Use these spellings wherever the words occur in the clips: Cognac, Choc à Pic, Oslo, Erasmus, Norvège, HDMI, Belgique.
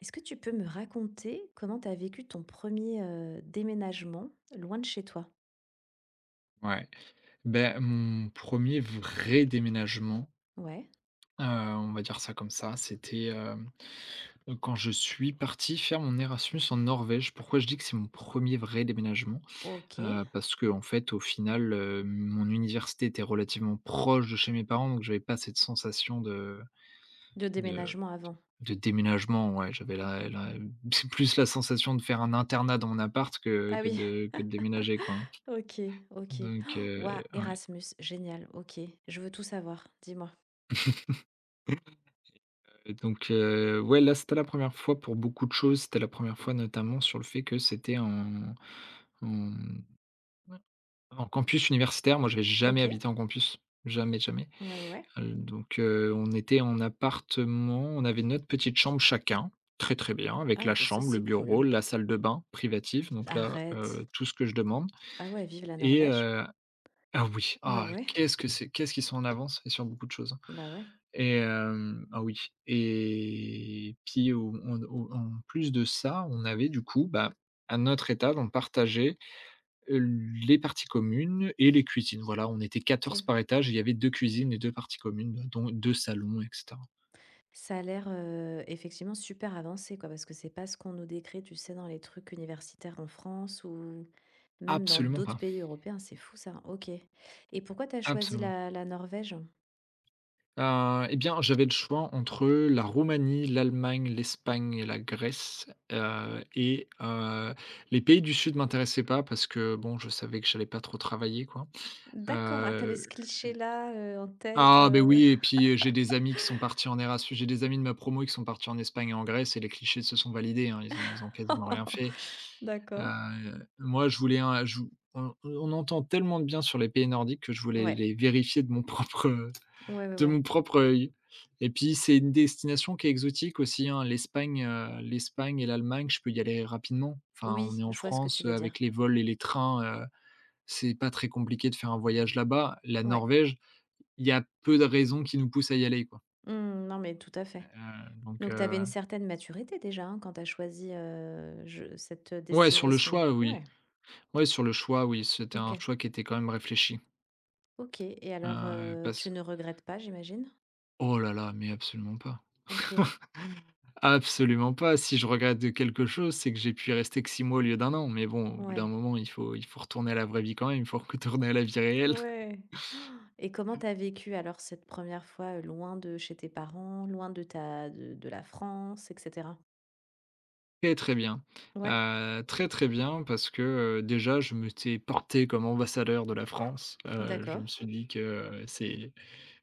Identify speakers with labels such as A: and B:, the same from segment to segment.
A: Est-ce que tu peux me raconter comment tu as vécu ton premier er déménagement loin de chez toi?
B: Ouais, ben mon premier vrai déménagement,
A: Ouais,
B: on va dire ça comme ça, c'était, quand je suis parti faire mon Erasmus en Norvège. Pourquoi je dis que c'est mon premier vrai déménagement?
A: OK.
B: Parce que, en fait, au final, mon université était relativement proche de chez mes parents, donc j'avais pas cette sensation
A: De
B: de
A: déménagement avant.
B: de déménagement, ouais. J'avais la la c'est plus la sensation de faire un internat dans mon appart que
A: Ah
B: que
A: oui.
B: de que de déménager, quoi, hein.
A: OK, OK.
B: Donc
A: Waouh,
B: ouais.
A: Erasmus, génial, OK. Je veux tout savoir, dis-moi.
B: Et donc, ouais, là, c'était la première fois pour beaucoup de choses. C'était la première fois notamment sur le fait que c'était en, mmh, en campus universitaire. Moi, j'avais jamais
A: OK.
B: habité en campus, jamais, jamais.
A: Ouais, ouais, ouais.
B: Donc, on était en appartement, on avait notre petite chambre chacun, très, très bien, avec
A: Ah
B: la
A: bah, ça,
B: chambre, le
A: c'est cool,
B: bureau,
A: hein.
B: la salle de bain privative, donc là,
A: Arrête!
B: tout ce que je demande.
A: Ah ouais, vive la
B: Et
A: Norvège.
B: ah oui,
A: Ouais,
B: ah,
A: ouais.
B: qu'est-ce que c'est qu'est-ce qu'ils sont en avance et sur beaucoup de choses, hein.
A: Bah, ouais,
B: Et ah oui, et puis au en au en plus de ça, on avait du coup, bah, à notre étage, on partageait, heu, les parties communes et les cuisines. Voilà, on était 14
A: OK.
B: par étage et il y avait deux cuisines et 2 parties communes, bah, dont 2 salons et cetera.
A: Ça a l'air, effectivement super avancé, quoi, parce que c'est pas ce qu'on nous décrit, tu sais, dans les trucs universitaires en France ou même dans
B: Absolument
A: d'autres
B: pas,
A: pays européens, c'est fou ça, OK. Et pourquoi t'as choisi
B: absolument.
A: la Norvège?
B: Et bien, j'avais le choix entre la Roumanie, l'Allemagne, l'Espagne et la Grèce, heu et heu, les pays du sud m'intéressaient pas parce que bon, je savais que j'allais pas trop travailler, quoi.
A: D'accord, ah t'avais
B: Heu
A: ce cliché-là, en tête,
B: Ah ben
A: heu,
B: oui, et puis, j'ai des amis de ma promo qui sont partis en Espagne et en Grèce et les clichés se sont validés, hein, ils ont quasiment rien fait.
A: D'accord.
B: Moi je voulais un je on entend tellement de bien sur les pays nordiques que je voulais
A: Ouais,
B: les vérifier
A: ouais, ouais,
B: de
A: ouais.
B: mon propre œil et puis c'est une destination qui est exotique aussi, hein, l'Espagne, et l'Allemagne, je peux y aller rapidement. Enfin, on est
A: Oui,
B: en
A: je vois ce que tu
B: France,
A: veux
B: avec
A: dire.
B: les vols et les trains, c'est pas très compliqué de faire un voyage là-bas. La
A: Ouais.
B: Norvège, il y a peu de raisons qui nous poussent à y aller, quoi.
A: Mmh, non, mais tout à fait.
B: Donc,
A: Donc t'avais une certaine maturité déjà, hein, quand t'as choisi, je cette,
B: ouais, sur le
A: destination?
B: choix, oui.
A: Ouais,
B: Ouais, sur le choix, oui, c'était un
A: OK.
B: choix qui était quand même réfléchi.
A: OK et alors, tu
B: Parce
A: ne regrettes pas, j'imagine?
B: Oh là là, mais absolument pas.
A: OK,
B: Absolument pas. Si je regrette de quelque chose, c'est que j'ai pu y rester que 6 mois au lieu d'un an. Mais bon, au bout d'un
A: ouais.
B: moment, il faut retourner à la vraie vie quand même, il faut retourner à la vie réelle.
A: Ouais. Et comment t'as vécu alors cette première fois, loin de chez tes parents, loin de ta de la France, et cetera?
B: Très, très bien.
A: Ouais.
B: Très, très bien parce que, déjà je me suis porté comme ambassadeur de la France. Je me
A: D'accord,
B: suis dit que,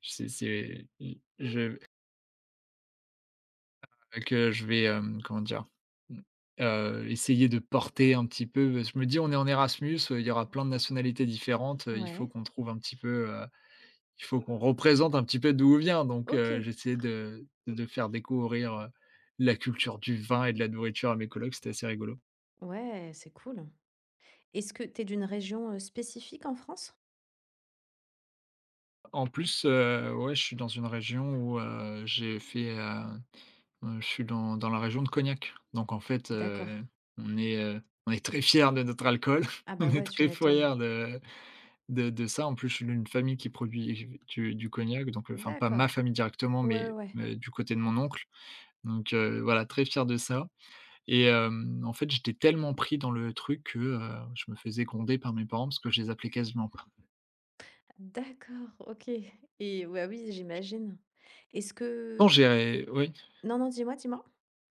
B: c'est je que je vais, comment dire? Mmh, Essayer de porter un petit peu, je me dis: «On est en Erasmus, il y aura plein de nationalités différentes, il faut
A: ouais,
B: qu'on trouve un petit peu, il faut qu'on représente un petit peu d'où on vient», donc
A: OK,
B: j'essayais de faire découvrir, la culture du vin et de la nourriture à mes collègues. C'était assez rigolo.
A: ouais, c'est cool. Est-ce que t'es d'une région, spécifique en France?
B: En plus, ouais, je suis dans une région où, je suis dans la région de Cognac. Donc en fait,
A: D'accord.
B: on est, heu, on est très fiers de notre alcool.
A: Ah
B: On
A: bah,
B: est
A: ouais, tu
B: très
A: m'étonnes.
B: fiers de ça. En plus, je suis d'une famille qui produit du cognac, donc enfin pas ma
A: D'accord.
B: famille directement,
A: Ouais, ouais,
B: mais
A: ouais.
B: mais du côté de mon oncle. Donc voilà, très fier de ça. Et en fait, j'étais tellement pris dans le truc que, je me faisais gronder par mes parents parce que je les appelais quasiment pas.
A: D'accord, OK et ouais, oui, j'imagine. Est-ce
B: Non,
A: que
B: j'ai oui.
A: non, non, dis-moi, dis-moi.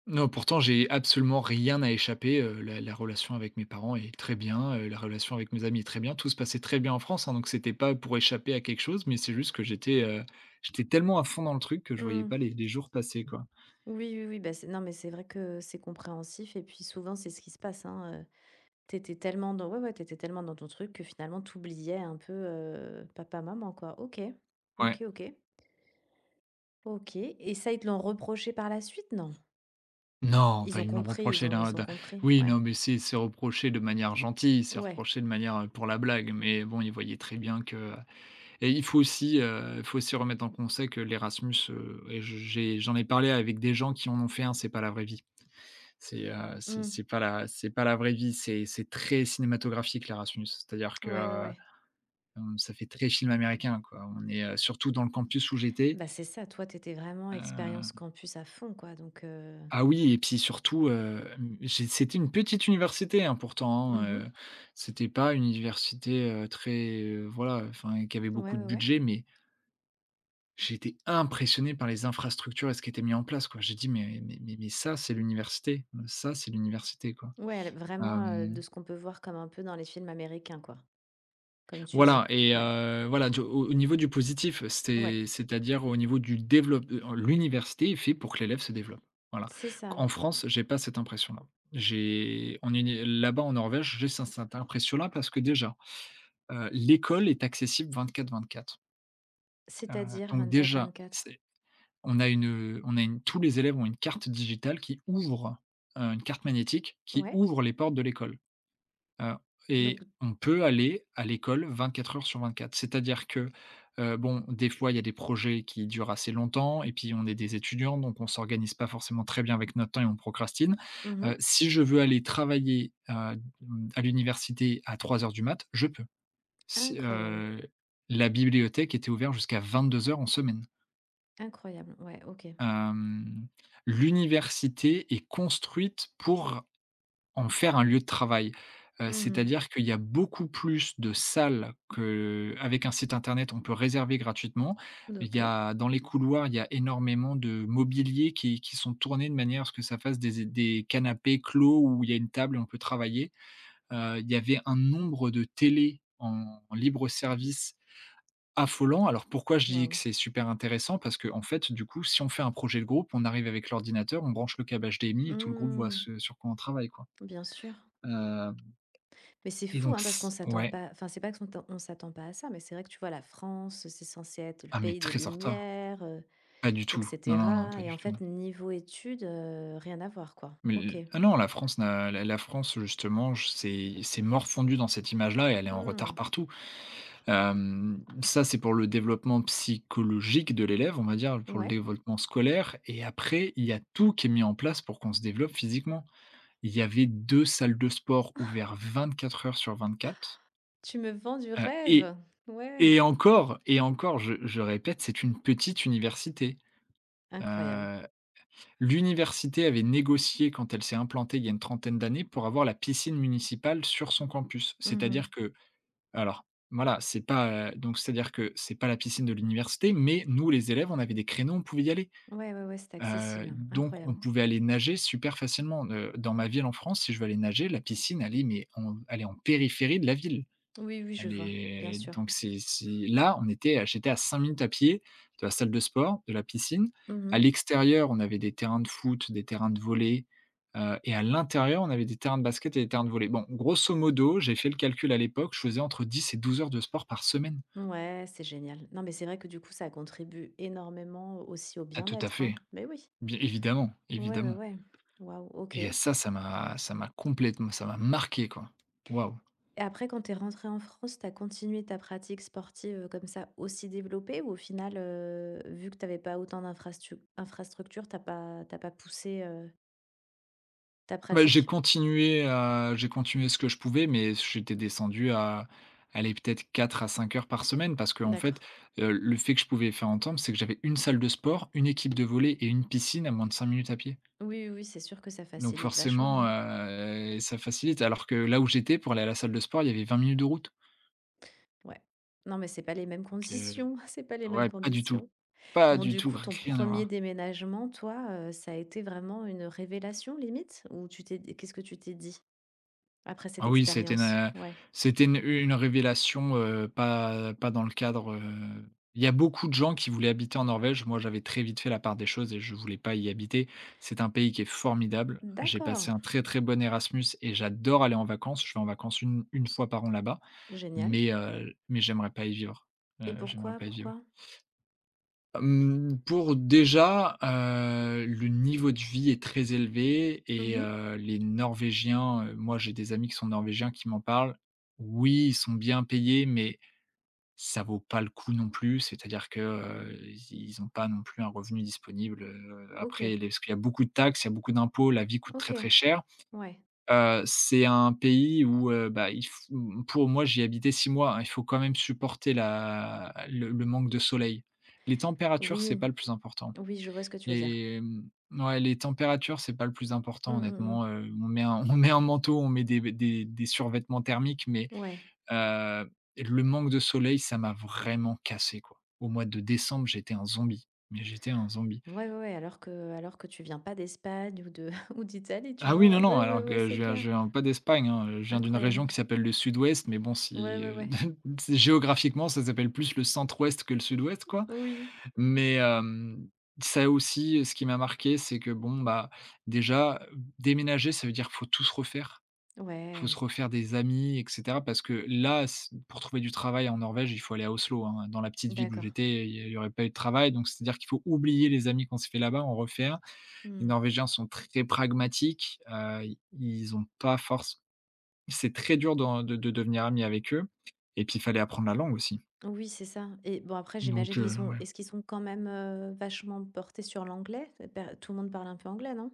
B: Non, pourtant, j'ai absolument rien à échapper, la relation avec mes parents est très bien, la relation avec mes amis est très bien. Tout se passait très bien en France, hein, donc c'était pas pour échapper à quelque chose, mais c'est juste que j'étais tellement à fond dans le truc que je voyais
A: Mmh.
B: pas les jours passer, quoi.
A: Oui, oui, oui, bah, c'est non, mais c'est vrai que c'est compréhensif et puis souvent, c'est ce qui se passe, hein, t'étais tellement dans ouais, ouais, t'étais tellement dans ton truc que finalement tu oubliais un peu, papa, maman, quoi. OK.
B: Ouais.
A: OK, OK. OK et ça, ils te l'ont reproché par la suite? Non?
B: Non, enfin,
A: Ils ont
B: ils me l'ont
A: compris, ils
B: reproché
A: ont
B: d'un
A: ils ont
B: d'un
A: compris?
B: oui, non,
A: Ouais.
B: mais c'est reproché de manière gentille, c'est
A: Ouais.
B: reproché de manière, pour la blague, mais bon, ils voyaient très bien que, et il faut aussi, remettre en conseil que l'Erasmus, et je j'ai j'en ai parlé avec des gens qui en ont fait un, c'est pas la vraie vie. C'est
A: Mmh.
B: c'est pas la c'est pas la vraie vie, c'est très cinématographique, là, Erasmus. C'est-à-dire que,
A: Ouais, ouais, ouais.
B: ça fait très film américain, quoi. On est, surtout dans le campus où j'étais.
A: Bah, c'est ça, toi, t'étais vraiment
B: heu
A: expérience campus à fond, quoi, donc
B: ah oui, et puis surtout, mmh, j'ai c'était une petite université, hein, pourtant, hein,
A: mmh.
B: c'était pas une université, très, voilà, enfin, qui avait
A: Ouais,
B: beaucoup de
A: ouais, ouais.
B: budget, mais j'ai été impressionné par les infrastructures et ce qui était mis en place, quoi. J'ai dit: «Mais ça, c'est l'université, quoi».
A: Ouais, elle vraiment, de
B: Hem
A: ce qu'on peut voir comme un peu dans les films américains, quoi, comme tu dis.
B: Voilà. Et
A: Ouais.
B: voilà, du au au niveau du positif,
A: Ouais.
B: c'est-à-dire au niveau du développement, l'université est fait pour que l'élève se développe. Voilà.
A: C'est ça.
B: En France, j'ai pas cette impression-là. J'ai en uni Là-bas en Norvège, j'ai cette impression-là parce que déjà, l'école est accessible 24/24. Heu,
A: C'est-à-dire
B: donc
A: vingt quatre vingt
B: déjà,
A: quatre
B: c'est on a une, on a une tous les élèves ont une carte digitale qui ouvre, une carte magnétique qui
A: Ouais,
B: ouvre les portes de l'école. Heu et
A: donc,
B: on peut aller à l'école 24 heures sur 24. C'est-à-dire que, bon, des fois, il y a des projets qui durent assez longtemps et puis on est des étudiants, donc on s'organise pas forcément très bien avec notre temps et on procrastine.
A: mmh.
B: Si je veux aller travailler, à l'université à 3 heures du mat, je peux. Si,
A: Incroyable,
B: La bibliothèque était ouverte jusqu'à 22 heures en semaine.
A: incroyable. Ouais, OK.
B: Hem, L'université est construite pour en faire un lieu de travail.
A: Mmh.
B: C'est-à-dire qu'il y a beaucoup plus de salles que avec un site internet, on peut réserver gratuitement. Il y
A: OK.
B: a dans les couloirs, il y a énormément de mobilier qui sont tournés de manière à ce que ça fasse des canapés clos où il y a une table et on peut travailler. Il y avait un nombre de télé en libre service affolant. Alors pourquoi je dis que
A: Waouh.
B: c'est super intéressant? Parce qu'en fait, du coup, si on fait un projet de groupe, on arrive avec l'ordinateur, on branche le câble HDMI et tout le groupe voit
A: Mmh.
B: ce sur quoi on travaille, quoi.
A: Bien sûr.
B: Heu
A: Mais c'est
B: et
A: fou,
B: donc
A: hein, parce
B: s
A: qu'on s'attend
B: Ouais.
A: pas enfin, c'est pas que t'en on s'attend pas à ça, mais c'est vrai que tu vois, la France, c'est censé être le
B: Ah mais
A: pays des
B: très en retard.
A: lumières,
B: Pas du
A: et
B: tout. Non, non, non,
A: cetera
B: pas
A: et
B: du
A: en
B: tout.
A: fait, niveau études, rien à voir, quoi. OK.
B: Mais ah non, la France n'a la la France justement, j c'est morfondu dans cette image-là et elle est en retard
A: Mmh.
B: partout. Ça, c'est pour le développement psychologique de l'élève, on va dire, pour le
A: Ouais,
B: développement scolaire et après, il y a tout qui est mis en place pour qu'on se développe physiquement. Il y avait 2 salles de sport ouvertes vingt-quatre heures sur 24,
A: tu me vends du
B: heu et
A: rêve! Ouais.
B: et encore et encore, je répète, c'est une petite université.
A: Incroyable.
B: Heu L'université avait négocié quand elle s'est implantée il y a une trentaine d'années pour avoir la piscine municipale sur son campus.
A: Mmh.
B: C'est-à-dire que alors Voilà, c'est pas, donc c'est-à-dire que c'est pas la piscine de l'université, mais nous les élèves, on avait des créneaux, on pouvait y aller.
A: Ouais, ouais, ouais, c'est accessible.
B: Donc on
A: Incroyable.
B: pouvait aller nager super facilement. Dans ma ville en France, si je veux aller nager, la piscine, elle est en périphérie de la ville.
A: Oui, oui, je
B: Elle
A: vois, bien
B: est
A: sûr.
B: donc c'est là, J'étais à 5 minutes à pied de la salle de sport, de la piscine. À
A: Mmh.
B: l'extérieur, on avait des terrains de foot, des terrains de volley, et à l'intérieur, on avait des terrains de basket et des terrains de volley. Bon, grosso modo, j'ai fait le calcul à l'époque, je faisais entre 10 et 12 heures de sport par semaine.
A: Ouais, c'est génial. Non, mais c'est vrai que du coup, ça contribue énormément aussi au
B: Ah tout à
A: bien-être,
B: fait,
A: hein. Mais oui.
B: bien évidemment,
A: Ouais, ouais,
B: évidemment.
A: ouais. Waouh, OK.
B: Et ça, ça m'a complètement ça m'a marqué, quoi. Waouh!
A: Et après, quand t'es es rentrée en France, t'as continué ta pratique sportive comme ça aussi développée ou au final, vu que t'avais pas autant d'infrastructures, t'as pas poussé ta
B: Bah, j'ai
A: pratique?
B: continué, à j'ai continué ce que je pouvais, mais j'étais descendu à aller peut-être 4 à 5 heures par semaine parce que en fait,
A: D'accord.
B: le fait que je pouvais faire entendre, c'est que j'avais une salle de sport, une équipe de volley et une piscine à moins de 5 minutes à pied.
A: Oui, oui, oui, c'est sûr que ça
B: Donc
A: facilite vachement,
B: forcément,
A: hein.
B: ça facilite alors que là où j'étais pour aller à la salle de sport, il y avait 20 minutes de route.
A: Ouais. Non, mais c'est pas les mêmes
B: Donc
A: conditions. C'est pas les mêmes
B: ouais, pas du tout,
A: conditions.
B: pas
A: Bon,
B: du
A: du
B: tout,
A: coup, ton
B: rien à
A: premier
B: voir.
A: déménagement, toi, ça a été vraiment une révélation limite? Ou tu t'es qu'est-ce que tu t'es dit après cette
B: Ah oui, c'était
A: expérience? Ouais.
B: c'était une révélation, pas dans le cadre. Il y a beaucoup de gens qui voulaient habiter en Norvège. Moi, j'avais très vite fait la part des choses et je voulais pas y habiter. C'est un pays qui est formidable. J'ai passé
A: D'accord,
B: un très, très bon Erasmus et j'adore aller en vacances. Je vais en vacances une fois par an là-bas,
A: génial.
B: mais j'aimerais pas y vivre,
A: Et
B: j'aimerais
A: pourquoi,
B: pas y vivre.
A: pourquoi?
B: Pour déjà, le niveau de vie est très élevé et
A: Mmh.
B: les Norvégiens, moi j'ai des amis qui sont norvégiens qui m'en parlent. Oui, ils sont bien payés, mais ça vaut pas le coup non plus. C'est-à-dire que, ils pas non plus un revenu disponible,
A: OK,
B: après les parce qu'il y a beaucoup de taxes, il y a beaucoup d'impôts, la vie coûte très,
A: OK,
B: très cher.
A: ouais.
B: C'est un pays où, bah, il f pour moi, j'y ai habité 6 mois, hein, il faut quand même supporter la le manque de soleil. Les températures, c'est
A: Oui,
B: pas le plus important.
A: oui, je vois ce que tu veux dire.
B: Ouais, les températures, c'est pas le plus
A: Mmh,
B: important
A: mmh
B: honnêtement,
A: mh.
B: on met un on met un manteau, on met des survêtements thermiques, mais,
A: Ouais.
B: heu, le manque de soleil, ça m'a vraiment cassé, quoi. Au mois de décembre, j'étais un zombie, mais j'étais un zombie.
A: Ouais, ouais, ouais, alors que tu viens pas d'Espagne ou de ou d'Italie, tu
B: Ah oui, non,
A: vois?
B: non,
A: Ouais, ouais,
B: alors
A: ouais,
B: que je
A: c'est
B: viens
A: clair.
B: je viens pas d'Espagne, hein, je viens d'une région
A: Incroyable.
B: qui s'appelle le Sud-Ouest, mais bon
A: Ouais,
B: si,
A: ouais, ouais.
B: c'est géographiquement, ça s'appelle plus le centre-ouest que le sud-ouest, quoi.
A: Oui.
B: Mais, ça aussi, ce qui m'a marqué, c'est que bon, bah, déjà, déménager, ça veut dire qu'il faut tout se refaire. Faut
A: Ouais,
B: se refaire des amis et cetera parce que là, s pour trouver du travail en Norvège, il faut aller à Oslo, hein. Dans la petite ville où
A: d'accord.
B: j'étais, il y aurait pas eu de travail, donc c'est-à-dire qu'il faut oublier les amis qu'on s'est fait là-bas, en refaire. Les
A: Mmh.
B: Norvégiens sont très pragmatiques, i ils ont pas force. C'est très dur d'en de devenir ami avec eux et puis il fallait apprendre la langue aussi.
A: Oui, c'est ça et bon, après, j'imagine
B: Donc
A: qu'ils sont
B: ouais.
A: est-ce qu'ils sont quand même, vachement portés sur l'anglais? C'est per tout le monde parle un peu anglais, non?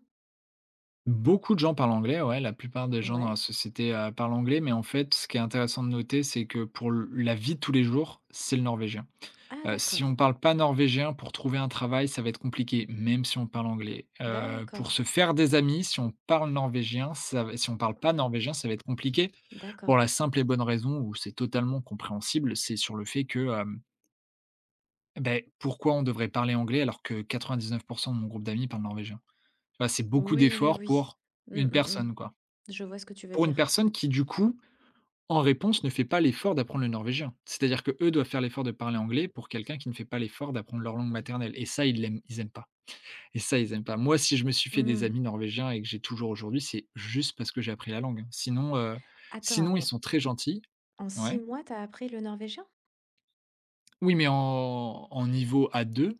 B: Beaucoup de gens parlent anglais, ouais, la plupart des gens dans la
A: Ouais.
B: société, parlent anglais mais en fait, ce qui est intéressant de noter, c'est que pour l la vie de tous les jours, c'est le norvégien.
A: Ah
B: Si on
A: d'accord,
B: parle pas norvégien, pour trouver un travail, ça va être compliqué, même si on parle anglais. Pour
A: d'accord,
B: se faire des amis, si on parle norvégien, ça va, si on parle pas norvégien, ça va être compliqué, pour
A: d'accord.
B: la simple et bonne raison où c'est totalement compréhensible, c'est sur le fait que, beh, pourquoi on devrait parler anglais alors que 99 de mon groupe d'amis parlent norvégien? Tu vois? C'est beaucoup
A: Oui, oui,
B: d'efforts
A: oui.
B: pour
A: Mmh,
B: une
A: mmh,
B: personne,
A: mmh.
B: quoi.
A: Je vois ce que tu veux
B: Pour une
A: dire.
B: personne qui, du coup, en réponse, ne fait pas l'effort d'apprendre le norvégien. C'est-à-dire que eux doivent faire l'effort de parler anglais pour quelqu'un qui ne fait pas l'effort d'apprendre leur langue maternelle. Et ça, ils l'aiment, ils aiment pas. Et ça, ils aiment pas. Moi, si je me suis fait des
A: Mmh.
B: amis norvégiens et que j'ai toujours aujourd'hui, c'est juste parce que j'ai appris la langue. Hein. Sinon, ils
A: Attends,
B: sont très gentils,
A: en 6
B: ouais.
A: mois, t'as appris le norvégien?
B: Oui, mais en niveau A2,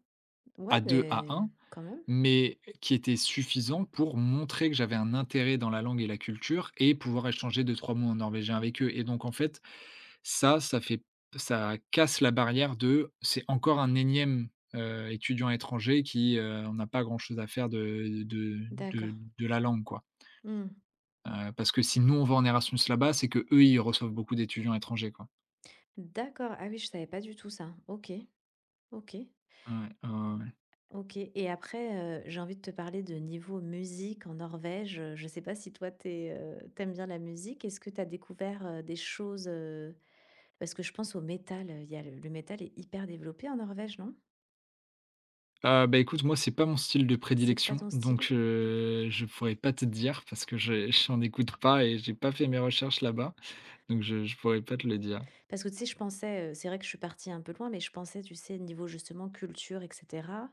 A: Ouais,
B: A2, A1,
A: mais quand même.
B: mais qui était suffisant pour montrer que j'avais un intérêt dans la langue et la culture et pouvoir échanger deux trois mots en norvégien avec eux. Et donc en fait. Ça fait ça casse la barrière de c'est encore un énième, étudiant étranger qui, en a pas grand chose à faire de de de
A: D'accord.
B: de la langue, quoi.
A: Mmh.
B: Parce que si nous, on va en Erasmus là-bas, c'est que eux ils reçoivent beaucoup d'étudiants étrangers, quoi.
A: D'accord. Ah oui, je savais pas du tout ça. OK, OK.
B: Ouais, ouais, ouais, ouais.
A: OK et après, j'ai envie de te parler de niveau musique en Norvège, je ne sais pas si toi tu es, bien la musique. Est-ce que tu as découvert, des choses? Parce que je pense au métal, il y a le métal est hyper développé en Norvège, non?
B: Bah, écoute, moi, c'est pas mon style de
A: C'est pas
B: prédilection,
A: ton style?
B: donc je pourrais pas te dire parce que je j'en écoute pas et j'ai pas fait mes recherches là-bas, donc je pourrais pas te le dire.
A: Parce que tu sais, je pensais, c'est vrai que je suis partie un peu loin, mais je pensais, tu sais, niveau justement culture et cetera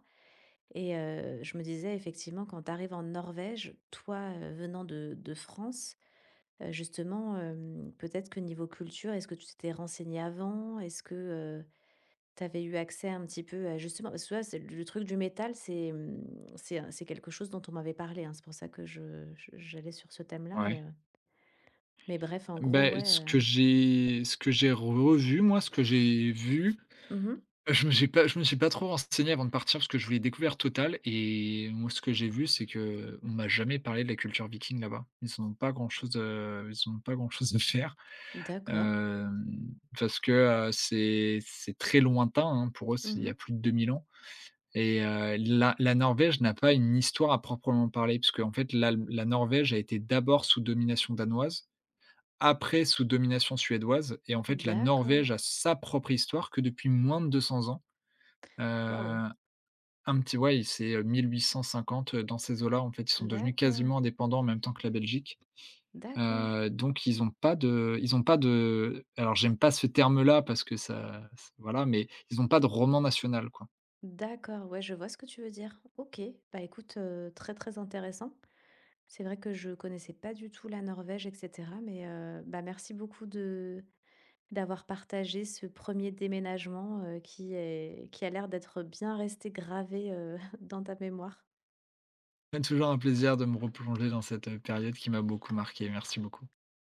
A: et je me disais effectivement quand tu arrives en Norvège, toi, venant de France. Justement, peut-être que niveau culture, est-ce que tu t'étais renseigné avant? Est-ce que, tu avais eu accès un petit peu à justement parce que tu vois, c'est le truc du métal, c'est, mmh, c'est quelque chose dont on m'avait parlé, hein. C'est pour ça que je j'allais sur ce thème-là,
B: Ouais.
A: mais bref, en gros,
B: Ben ce
A: ouais,
B: que j'ai ce que j'ai revu, moi, ce que j'ai vu.
A: mmh.
B: Je me suis pas trop renseigné avant de partir parce que je voulais découvrir totale. Et moi ce que j'ai vu c'est que on m'a jamais parlé de la culture viking là-bas. Ils ont pas grand chose, ils ont pas grand chose à faire,
A: D'accord.
B: parce que, c'est très lointain, hein, pour eux c'est il y a
A: Mmh.
B: plus de 2000 ans et la Norvège n'a pas une histoire à proprement parler parce qu'en fait la Norvège a été d'abord sous domination danoise, après sous domination suédoise et en fait la
A: D'accord.
B: Norvège a sa propre histoire que depuis moins de 200 ans.
A: Waouh!
B: heu un petit ouais, il c'est, 1850, dans ces eaux-là, en fait, ils sont devenus
A: D'accord,
B: quasiment indépendants en même temps que la Belgique.
A: d'accord,
B: Donc ils n'ont pas de, ils ont pas de, alors j'aime pas ce terme-là parce que ça, voilà, mais ils n'ont pas de roman national, quoi.
A: d'accord. Ouais, je vois ce que tu veux dire. OK. Bah, écoute, très, très intéressant. C'est vrai que je connaissais pas du tout la Norvège, et cetera, mais bah, merci beaucoup de d'avoir partagé ce premier déménagement, qui est qui a l'air d'être bien resté gravé, dans ta mémoire.
B: C'est toujours un plaisir de me replonger dans cette, période qui m'a beaucoup marqué. Merci beaucoup.